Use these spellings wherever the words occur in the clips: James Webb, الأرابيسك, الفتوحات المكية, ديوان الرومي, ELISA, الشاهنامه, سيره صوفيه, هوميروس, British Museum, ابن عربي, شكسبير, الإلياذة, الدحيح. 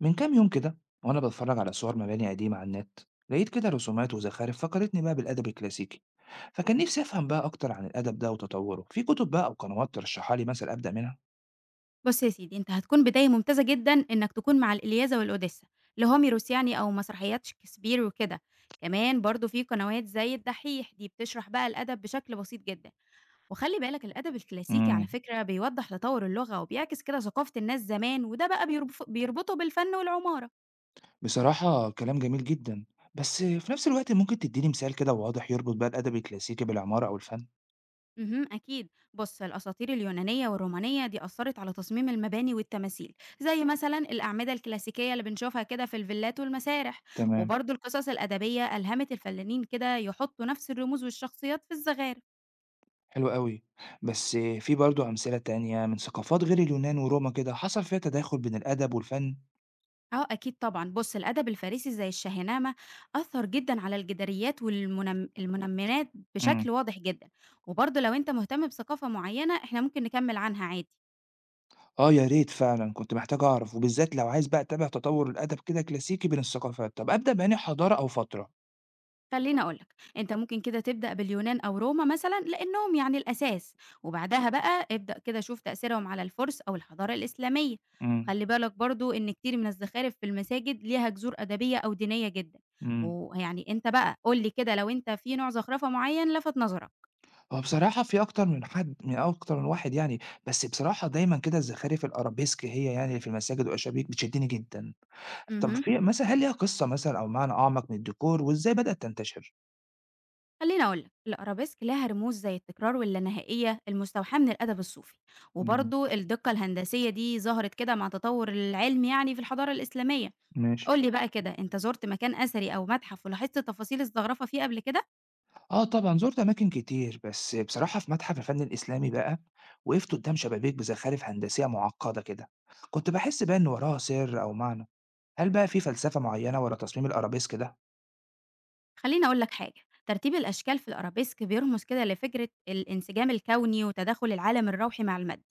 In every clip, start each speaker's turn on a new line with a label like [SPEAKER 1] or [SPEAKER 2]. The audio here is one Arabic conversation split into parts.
[SPEAKER 1] من كام يوم كده وأنا بتفرج على صور مباني قديمة على النت لقيت كده رسومات وزخارف فكرتني بقى بالأدب الكلاسيكي فكان نفسي أفهم بقى أكتر عن الأدب ده وتطوره في كتب بقى أو قنوات ترشحها لي مثلا أبدأ منها.
[SPEAKER 2] بُص يا سيدي، أنت هتكون بداية ممتازة جدًا إنك تكون مع الإلياذة والأوديسا، لهوميروس يعني أو مسرحيات شكسبير وكده. كمان برضه في قنوات زي الدحيح دي بتشرح بقى الأدب بشكل بسيط جدًا، وخلّي بالك الأدب الكلاسيكي
[SPEAKER 1] امم
[SPEAKER 2] على فكرة بيوضّح تطوّر اللغة وبيعكس كده ثقافة الناس زمان، وده بقى بيربطه بالفن والعمارة.
[SPEAKER 1] بصراحة كلام جميل جدا، بس في نفس الوقت ممكن تديني مثال كده واضح يربط بقى الأدب الكلاسيكي بالعمارة أو الفن؟
[SPEAKER 2] أكيد. بص الأساطير اليونانية والرومانية دي أثرت على تصميم المباني والتماثيل، زي مثلا الأعمدة الكلاسيكية اللي بنشوفها كده في الفيلات والمسارح.
[SPEAKER 1] تمام.
[SPEAKER 2] وبرضه القصص الأدبية ألهمت الفنانين كده يحطوا نفس الرموز والشخصيات في الزخارف.
[SPEAKER 1] حلو قوي، بس في برضه أمثلة تانية من ثقافات غير اليونان وروما كده حصل فيها تداخل بين الأدب والفن؟
[SPEAKER 2] اه اكيد طبعا. بص الادب الفارسي زي الشاهنامه اثر جدا على الجداريات والمنمنات بشكل واضح جدا. وبرضه لو انت مهتم بثقافه معينه احنا ممكن نكمل عنها عادي.
[SPEAKER 1] آه يا ريت فعلًا، كنت محتاج أعرف، وبالذات لو عايز بقى أتابع تطوُّر الأدب كده كلاسيكي بين الثقافات، طَب أبدأ بأنهي حضارة أو فترة؟
[SPEAKER 2] خليني أقول لك، أنت ممكن كده تبدأ باليونان أو روما مثلا لأنهم يعني الأساس، وبعدها بقى ابدأ كده شوف تأثيرهم على الفرس أو الحضارة الإسلامية.
[SPEAKER 1] إمم،
[SPEAKER 2] خلي بالك برضو إن كتير من الزخارف في المساجد ليها جذور أدبية أو دينية جدا.
[SPEAKER 1] إمم،
[SPEAKER 2] ويعني أنت بقى قول لي كده، لو أنت في نوع زخرفة معين لفت نظرك.
[SPEAKER 1] هو بصراحة في أكتر من واحد يعني، بس بصراحة دايمًا كده الزخارف الأرابيسك هي يعني اللي في المساجد والأشابيك بتشدّني جدًا، طَب
[SPEAKER 2] امم
[SPEAKER 1] في مثلًا هل ليها قصة مثلًا أو معنى أعمق من الديكور وإزاي بدأت تنتشر؟
[SPEAKER 2] خليني أقول لك الأرابيسك لها رموز زي التكرار واللانهائية المستوحاة من الأدب الصوفي،
[SPEAKER 1] إمم،
[SPEAKER 2] وبرضو الدقة الهندسية دي ظهرت كده مع تطور العلم يعني في الحضارة الإسلامية.
[SPEAKER 1] ماشي.
[SPEAKER 2] قُل لي بقى كده، أنت زُرت مكان أثري أو متحف ولاحظت تفاصيل الزخرفة فيه قبل كده؟
[SPEAKER 1] آه طبعًا، زُرت أماكن كتير، بس بصراحة في متحف الفن الإسلامي بقى، وقفت قدام شبابيك بزخارف هندسية معقدة كده، كنت باحس بقى إن وراها سر أو معنى، هل بقى في فلسفة معينة ورا تصميم الأرابيسك ده؟
[SPEAKER 2] خلّيني أقول لك حاجة، ترتيب الأشكال في الأرابيسك بيرمز كده لفكرة الانسجام الكوني وتداخل العالم الروحي مع المادي،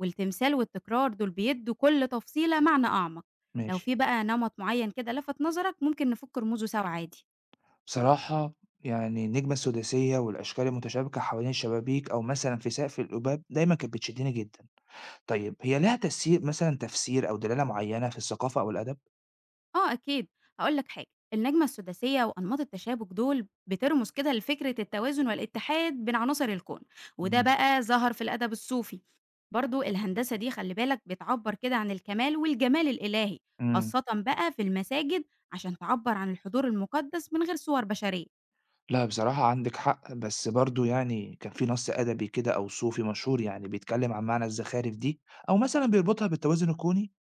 [SPEAKER 2] والتمثال والتكرار دول بيدّوا كل تفصيلة معنى أعمق. لو
[SPEAKER 1] ماشي.
[SPEAKER 2] في بقى نمط معيّن كده لفت نظرك ممكن نفُك رموزه سوا عادي.
[SPEAKER 1] بصراحة يعني النجمة السداسية والأشكال المتشابكة حوالين الشبابيك أو مثلًا في سقف القباب دايمًا كانت بتشدني جدًا، طيب هي لها تسيير مثلًا تفسير أو دلالة معينة في الثقافة أو الأدب؟
[SPEAKER 2] آه أكيد، هاقول لك حاجة، النجمة السداسية وأنماط التشابك دول بترمز كده لفكرة التوازن والاتحاد بين عناصر الكون، وده
[SPEAKER 1] إمم،
[SPEAKER 2] بقى ظهر في الأدب الصوفي. برضو الهندسة دي خلي بالك بتعبر كده عن الكمال والجمال الإلهي،
[SPEAKER 1] إمم.
[SPEAKER 2] خاصة بقى في المساجد عشان تعبر عن الحضور المقدس من غير صور بشرية.
[SPEAKER 1] لأ، بصراحة عندِك حق، بس برضه يعني كان في نَص أدبي كده أو صوفي مشهور يعني بيتكلم عن معنى الزخارف دي، أو مثلًا بيربطها بالتوازن الكوني؟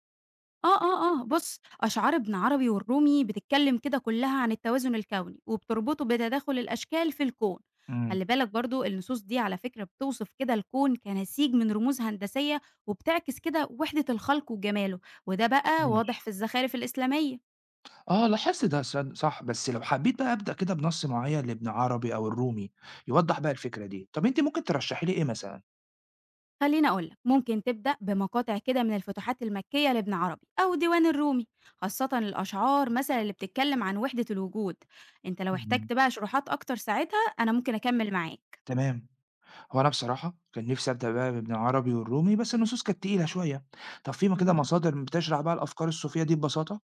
[SPEAKER 2] آه، آه، آه، بُص، أشعار ابن عربي والرومي بتتكلم كده كلها عن التوازن الكوني، وبتربطه بتداخل الأشكال في الكون.
[SPEAKER 1] إمم،
[SPEAKER 2] خلّي بالك برضه النصوص دي على فكرة بتوصف كده الكون كنسيج من رموز هندسية، وبتعكس كده وحدة الخلق وجماله، وده بقى
[SPEAKER 1] ماشي.
[SPEAKER 2] واضح في الزخارف الإسلامية.
[SPEAKER 1] آه، لاحظت ده صح، بس لو حبيت بقى أبدأ كده بنَص معين لابن عربي أو الرومي يوضّح بقى الفكرة دي، طب أنتِ ممكن ترشحي لي إيه مثلًا؟
[SPEAKER 2] خلّيني أقول لك، ممكن تبدأ بمقاطع كده من الفتوحات المكية لابن عربي أو ديوان الرومي، خاصةً الأشعار مثلًا اللي بتتكلم عن وحدة الوجود. أنت لو
[SPEAKER 1] اهم.
[SPEAKER 2] احتجت بقى شروحات أكتر ساعتها أنا ممكن أكمل معاك.
[SPEAKER 1] تمام، هو أنا بصراحة كان نِفْسي أبدأ بقى بابن عربي والرومي، بس النصوص كانت تقيلة شوية. طب في كده
[SPEAKER 2] اهم.
[SPEAKER 1] مصادر بتشرح بقى الأفكار الصوفية دي ببساطة؟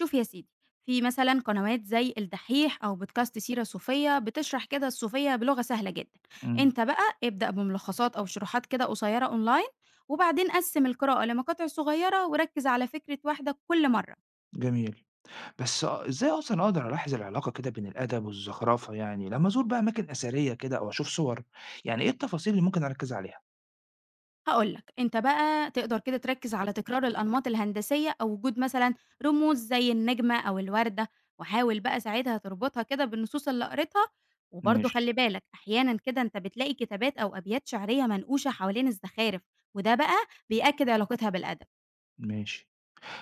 [SPEAKER 2] شوف يا سيدي، في مثلا قنوات زي الدحيح او بودكاست سيره صوفيه بتشرح كده الصوفيه بلغه سهله جدا.
[SPEAKER 1] إمم،
[SPEAKER 2] انت بقى ابدا بملخصات او شروحات كده قصيره اونلاين، وبعدين قسم القراءه لمقاطع صغيره وركز على فكره واحده كل مره.
[SPEAKER 1] جميل. بس آه، إزاي أصلًا أقدر ألاحظ العلاقة كده بين الأدب والزخرفة يعني لمّا أزور بقى أماكن أثرية كده أو أشوف صور، يعني إيه التفاصيل اللي ممكن أركّز عليها؟
[SPEAKER 2] هاقول لك، أنت بقى تقدر كده تركّز على تكرار الأنماط الهندسية أو وجود مثلًا رموز زي النجمة أو الوردة، وحاول بقى ساعتها تربطها كده بالنصوص اللي قريتها. وبرضه
[SPEAKER 1] ماشي،
[SPEAKER 2] خلّي بالك أحيانًا كده أنت بتلاقي كتابات أو أبيات شعرية منقوشة حوالين الزخارف، وده بقى بيأكد علاقتها بالأدب.
[SPEAKER 1] ماشي،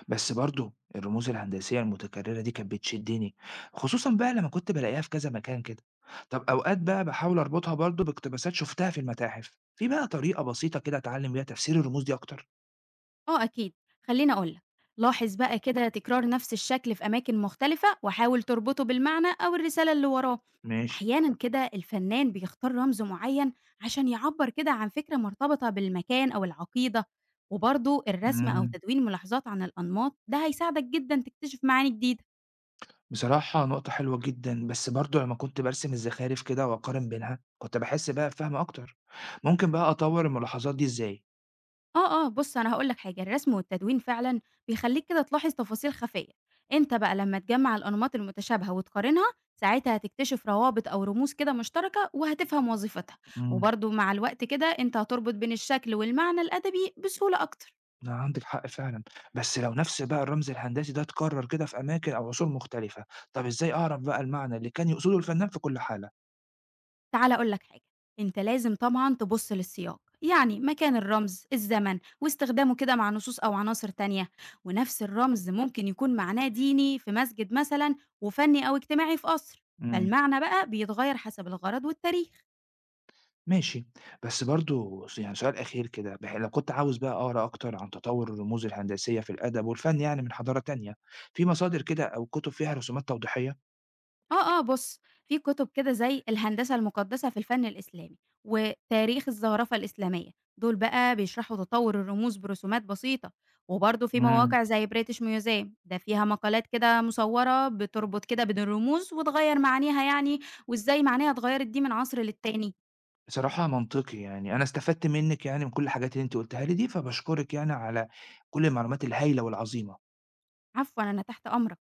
[SPEAKER 1] بس برضه الرموز الهندسية المتكررة دي كانت بتشدني، خصوصًا بقى لمّا كنت بالاقيها في كذا مكان كده، طب أوقات بقى باحاول أربطها برضه باقتباسات شُفتها في المتاحف، في بقى طريقة بسيطة كده أتعلم بيها تفسير الرموز دي أكتر؟
[SPEAKER 2] آه أكيد، خلّيني أقول لك، لاحظ بقى كده تكرار نفس الشكل في أماكن مختلفة وحاول تربطه بالمعنى أو الرسالة اللي وراه.
[SPEAKER 1] ماشي،
[SPEAKER 2] أحيانًا كده الفنان بيختار رمز معين عشان يعبّر كده عن فكرة مرتبطة بالمكان أو العقيدة. وبرضه الرسم أو
[SPEAKER 1] إمم.
[SPEAKER 2] تدوين ملاحظات عن الأنماط ده هيساعدك جدًا تكتشف معاني جديدة.
[SPEAKER 1] بصراحة نقطة حلوة جدًا، بس برضه لمّا كنت بارسم الزخارف كده وأقارن بينها، كنت باحس بقى بفهم أكتر، ممكن بقى أطوّر الملاحظات دي إزاي؟
[SPEAKER 2] آه، آه، بُص، أنا هاقول لك حاجة، الرسم والتدوين فعلًا بيخلّيك كده تلاحظ تفاصيل خفية. أنت بقى لمّا تجمّع الأنماط المتشابهة وتقارنها، ساعتها هتكتشف روابط أو رموز كده مشتركة وهتفهم وظيفتها.
[SPEAKER 1] إمم،
[SPEAKER 2] وبرضه مع الوقت كده أنت هتربط بين الشكل والمعنى الأدبي بسهولة أكتر.
[SPEAKER 1] لأ عندِك حق فعلًا، بس لو نفس بقى الرمز الهندسي ده اتكرر كده في أماكن أو عصور مختلفة، طب إزاي أعرف بقى المعنى اللي كان يقصده الفنان في كل حالة؟
[SPEAKER 2] تعالَ أقول لك حاجة، أنت لازم طبعًا تبُص للسياق، يعني مكان الرمز، الزمن، واستخدامه كده مع نصوص أو عناصر تانية. ونفس الرمز ممكن يكون معناه ديني في مسجد مثلًا وفني أو اجتماعي في قصر،
[SPEAKER 1] إمم،
[SPEAKER 2] فالمعنى بقى بيتغير حسب الغرض والتاريخ.
[SPEAKER 1] ماشي، بس برضه يعني سؤال أخير كده، لو كنت عاوز بقى أقرا أكتر عن تطوّر الرموز الهندسية في الأدب والفن يعني من حضارة تانية، في مصادر كده أو كتب فيها رسومات توضيحية؟
[SPEAKER 2] آه، آه، بُص، في كُتب كده زي الهندسة المقدسة في الفن الإسلامي، وتاريخ الزخرفة الإسلامية، دول بقى بيشرحوا تطوّر الرموز برسومات بسيطة. وبرضه في
[SPEAKER 1] إمم.
[SPEAKER 2] مواقع زي British Museum ده فيها مقالات كده مصوّرة بتربط كده بين الرموز وتغيّر معانيها يعني، وإزاي معانيها اتغيّرت دي من عصر للتاني.
[SPEAKER 1] بصراحة منطقي، يعني أنا استفدت منِّك يعني من كل الحاجات اللي أنتِ قُلتيها لي دي، فباشكرِك يعني على كل المعلومات الهايلة والعظيمة.
[SPEAKER 2] عفوًا، أنا تحت أمرك.